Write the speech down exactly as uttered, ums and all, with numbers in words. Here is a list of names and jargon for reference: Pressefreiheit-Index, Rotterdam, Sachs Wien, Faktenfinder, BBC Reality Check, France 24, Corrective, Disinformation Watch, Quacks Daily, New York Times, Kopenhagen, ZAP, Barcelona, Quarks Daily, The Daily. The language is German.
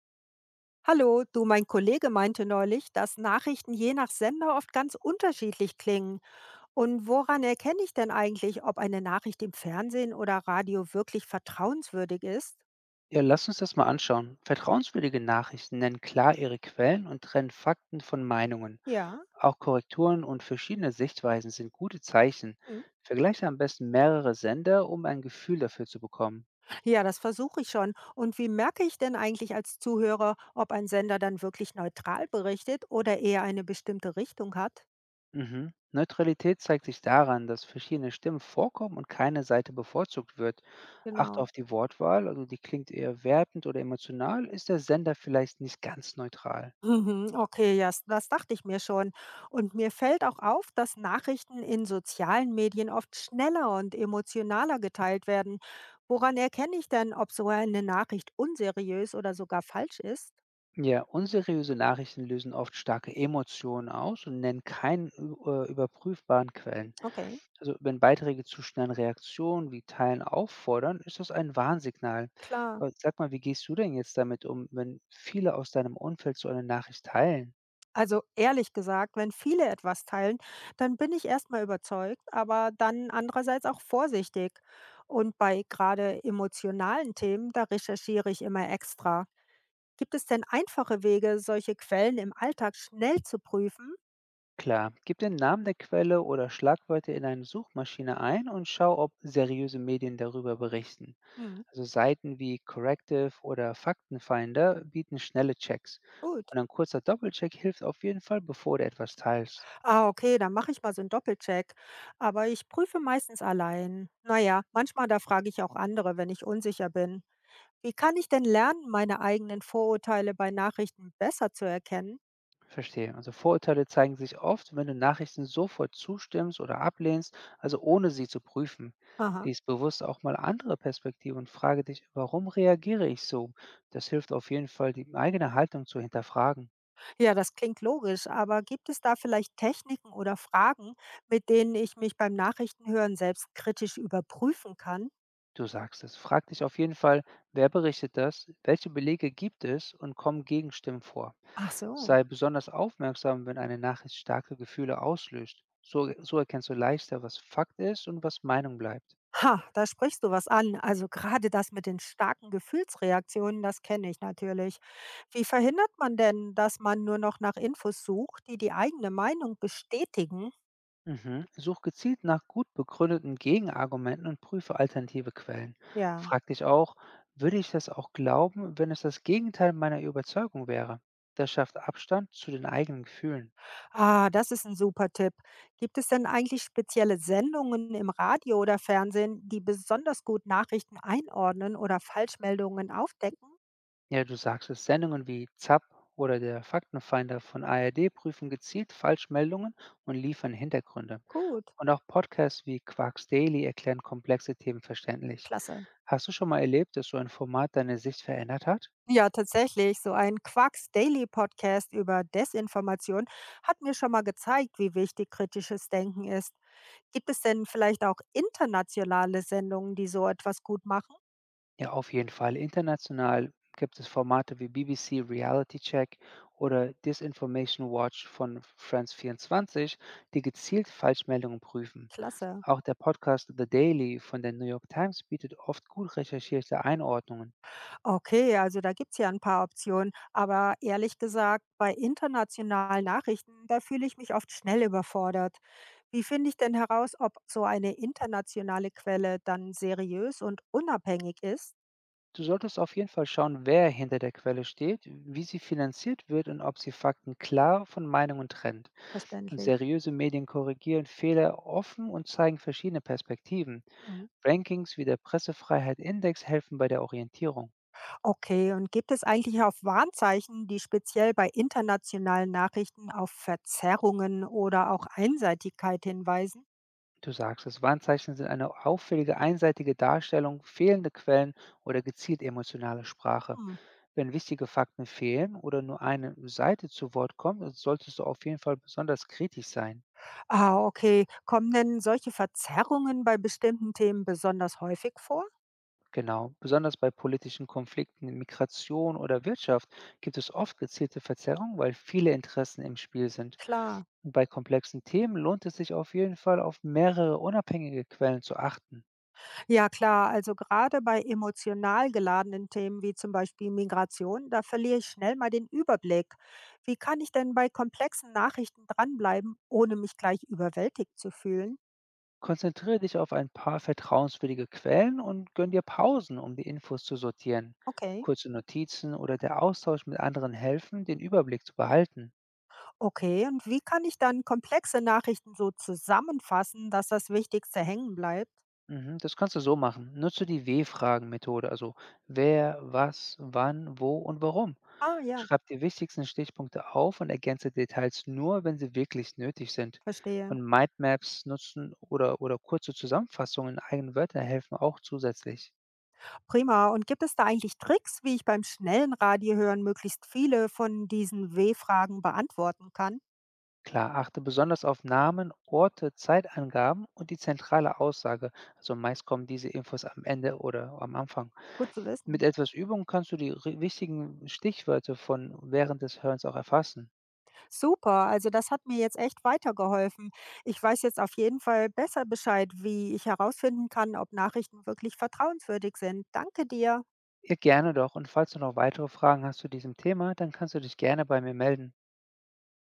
Hallo, du, mein Kollege meinte neulich, dass Nachrichten je nach Sender oft ganz unterschiedlich klingen. Und woran erkenne ich denn eigentlich, ob eine Nachricht im Fernsehen oder Radio wirklich vertrauenswürdig ist? Ja, lass uns das mal anschauen. Vertrauenswürdige Nachrichten nennen klar ihre Quellen und trennen Fakten von Meinungen. Ja. Auch Korrekturen und verschiedene Sichtweisen sind gute Zeichen. Hm. Vergleiche am besten mehrere Sender, um ein Gefühl dafür zu bekommen. Ja, das versuche ich schon. Und wie merke ich denn eigentlich als Zuhörer, ob ein Sender dann wirklich neutral berichtet oder eher eine bestimmte Richtung hat? Mhm. Neutralität zeigt sich daran, dass verschiedene Stimmen vorkommen und keine Seite bevorzugt wird. Achte Genau. auf die Wortwahl, also die klingt eher wertend oder emotional, ist der Sender vielleicht nicht ganz neutral. Mhm, okay, ja, s das dachte ich mir schon. Und mir fällt auch auf, dass Nachrichten in sozialen Medien oft schneller und emotionaler geteilt werden. Woran erkenne ich denn, ob so eine Nachricht unseriös oder sogar falsch ist? Ja, unseriöse Nachrichten lösen oft starke Emotionen aus und nennen keinen ü- äh, überprüfbaren Quellen. Okay, Also wenn Beiträge zu schnellen Reaktionen wie Teilen auffordern, ist das ein Warnsignal. klar. Aber sag mal, wie gehst du denn jetzt damit um, wenn viele aus deinem Umfeld so eine Nachricht teilen? Also ehrlich gesagt, wenn viele etwas teilen, dann bin ich erstmal überzeugt, aber dann andererseits auch vorsichtig. Und bei gerade emotionalen Themen, da recherchiere ich immer extra. Gibt es denn einfache Wege, solche Quellen im Alltag schnell zu prüfen? Klar, gib den Namen der Quelle oder Schlagwörter in eine Suchmaschine ein und schau, ob seriöse Medien darüber berichten. Hm, Also Seiten wie Corrective oder Faktenfinder bieten schnelle Checks. gut. Und ein kurzer Doppelcheck hilft auf jeden Fall, bevor du etwas teilst. Ah, okay, dann mache ich mal so einen Doppelcheck. Aber ich prüfe meistens allein. Naja, manchmal da frage ich auch andere, wenn ich unsicher bin. Wie kann ich denn lernen, meine eigenen Vorurteile bei Nachrichten besser zu erkennen? Verstehe. Also Vorurteile zeigen sich oft, wenn du Nachrichten sofort zustimmst oder ablehnst, also ohne sie zu prüfen. Aha. Lies bewusst auch mal andere Perspektiven und frage dich, warum reagiere ich so? Das hilft auf jeden Fall, die eigene Haltung zu hinterfragen. Ja, das klingt logisch, aber gibt es da vielleicht Techniken oder Fragen, mit denen ich mich beim Nachrichtenhören selbst kritisch überprüfen kann? Du sagst es. Frag dich auf jeden Fall, wer berichtet das, welche Belege gibt es und kommen Gegenstimmen vor. Ach so. Sei besonders aufmerksam, wenn eine Nachricht starke Gefühle auslöst. So, so erkennst du leichter, was Fakt ist und was Meinung bleibt. Ha, da sprichst du was an. Also gerade das mit den starken Gefühlsreaktionen, das kenne ich natürlich. Wie verhindert man denn, dass man nur noch nach Infos sucht, die die eigene Meinung bestätigen? Mhm. Such gezielt nach gut begründeten Gegenargumenten und prüfe alternative Quellen. Ja. Frag dich auch, würde ich das auch glauben, wenn es das Gegenteil meiner Überzeugung wäre? Das schafft Abstand zu den eigenen Gefühlen. Ah, das ist ein super Tipp. Gibt es denn eigentlich spezielle Sendungen im Radio oder Fernsehen, die besonders gut Nachrichten einordnen oder Falschmeldungen aufdecken? Ja, du sagst es, Sendungen wie ZAP oder der Faktenfinder von A R D prüfen gezielt Falschmeldungen und liefern Hintergründe. Gut, Und auch Podcasts wie Quarks Daily erklären komplexe Themen verständlich. klasse. Hast du schon mal erlebt, dass so ein Format deine Sicht verändert hat? Ja, tatsächlich. So ein Quacks Daily Podcast über Desinformation hat mir schon mal gezeigt, wie wichtig kritisches Denken ist. Gibt es denn vielleicht auch internationale Sendungen, die so etwas gut machen? Ja, auf jeden Fall. International gibt es Formate wie B B C Reality Check oder Disinformation Watch von France vierundzwanzig, die gezielt Falschmeldungen prüfen. Klasse. Auch der Podcast The Daily von der New York Times bietet oft gut recherchierte Einordnungen. Okay, also da gibt es ja ein paar Optionen. Aber ehrlich gesagt, bei internationalen Nachrichten, da fühle ich mich oft schnell überfordert. Wie finde ich denn heraus, ob so eine internationale Quelle dann seriös und unabhängig ist? Du solltest auf jeden Fall schauen, wer hinter der Quelle steht, wie sie finanziert wird und ob sie Fakten klar von Meinungen trennt. Und Verständlich. seriöse Medien korrigieren Fehler offen und zeigen verschiedene Perspektiven. Hm. Rankings wie der Pressefreiheit-Index helfen bei der Orientierung. Okay, und gibt es eigentlich auch Warnzeichen, die speziell bei internationalen Nachrichten auf Verzerrungen oder auch Einseitigkeit hinweisen? Du sagst es, Warnzeichen sind eine auffällige einseitige Darstellung, fehlende Quellen oder gezielt emotionale Sprache. Hm. Wenn wichtige Fakten fehlen oder nur eine Seite zu Wort kommt, solltest du auf jeden Fall besonders kritisch sein. Ah, okay. Kommen denn solche Verzerrungen bei bestimmten Themen besonders häufig vor? Genau, besonders bei politischen Konflikten, Migration oder Wirtschaft gibt es oft gezielte Verzerrungen, weil viele Interessen im Spiel sind. Klar. Und bei komplexen Themen lohnt es sich auf jeden Fall, auf mehrere unabhängige Quellen zu achten. Ja, klar. Also gerade bei emotional geladenen Themen wie zum Beispiel Migration, da verliere ich schnell mal den Überblick. Wie kann ich denn bei komplexen Nachrichten dranbleiben, ohne mich gleich überwältigt zu fühlen? Konzentriere dich auf ein paar vertrauenswürdige Quellen und gönn dir Pausen, um die Infos zu sortieren. Okay. Kurze Notizen oder der Austausch mit anderen helfen, den Überblick zu behalten. Okay, und wie kann ich dann komplexe Nachrichten so zusammenfassen, dass das Wichtigste hängen bleibt? Mhm, das kannst du so machen. Nutze die W-Fragen-Methode, also wer, was, wann, wo und warum. Ah ja, Schreib die wichtigsten Stichpunkte auf und ergänze Details nur, wenn sie wirklich nötig sind. verstehe. Und Mindmaps nutzen oder, oder kurze Zusammenfassungen in eigenen Wörtern helfen auch zusätzlich. Prima. Und gibt es da eigentlich Tricks, wie ich beim schnellen Radiohören möglichst viele von diesen W-Fragen beantworten kann? Klar, achte besonders auf Namen, Orte, Zeitangaben und die zentrale Aussage. Also meist kommen diese Infos am Ende oder am Anfang. Gut zu Mit wissen. etwas Übung kannst du die ri- wichtigen Stichwörter von während des Hörens auch erfassen. Super, also das hat mir jetzt echt weitergeholfen. Ich weiß jetzt auf jeden Fall besser Bescheid, wie ich herausfinden kann, ob Nachrichten wirklich vertrauenswürdig sind. Danke dir. Ja, gerne doch. Und falls du noch weitere Fragen hast zu diesem Thema, dann kannst du dich gerne bei mir melden.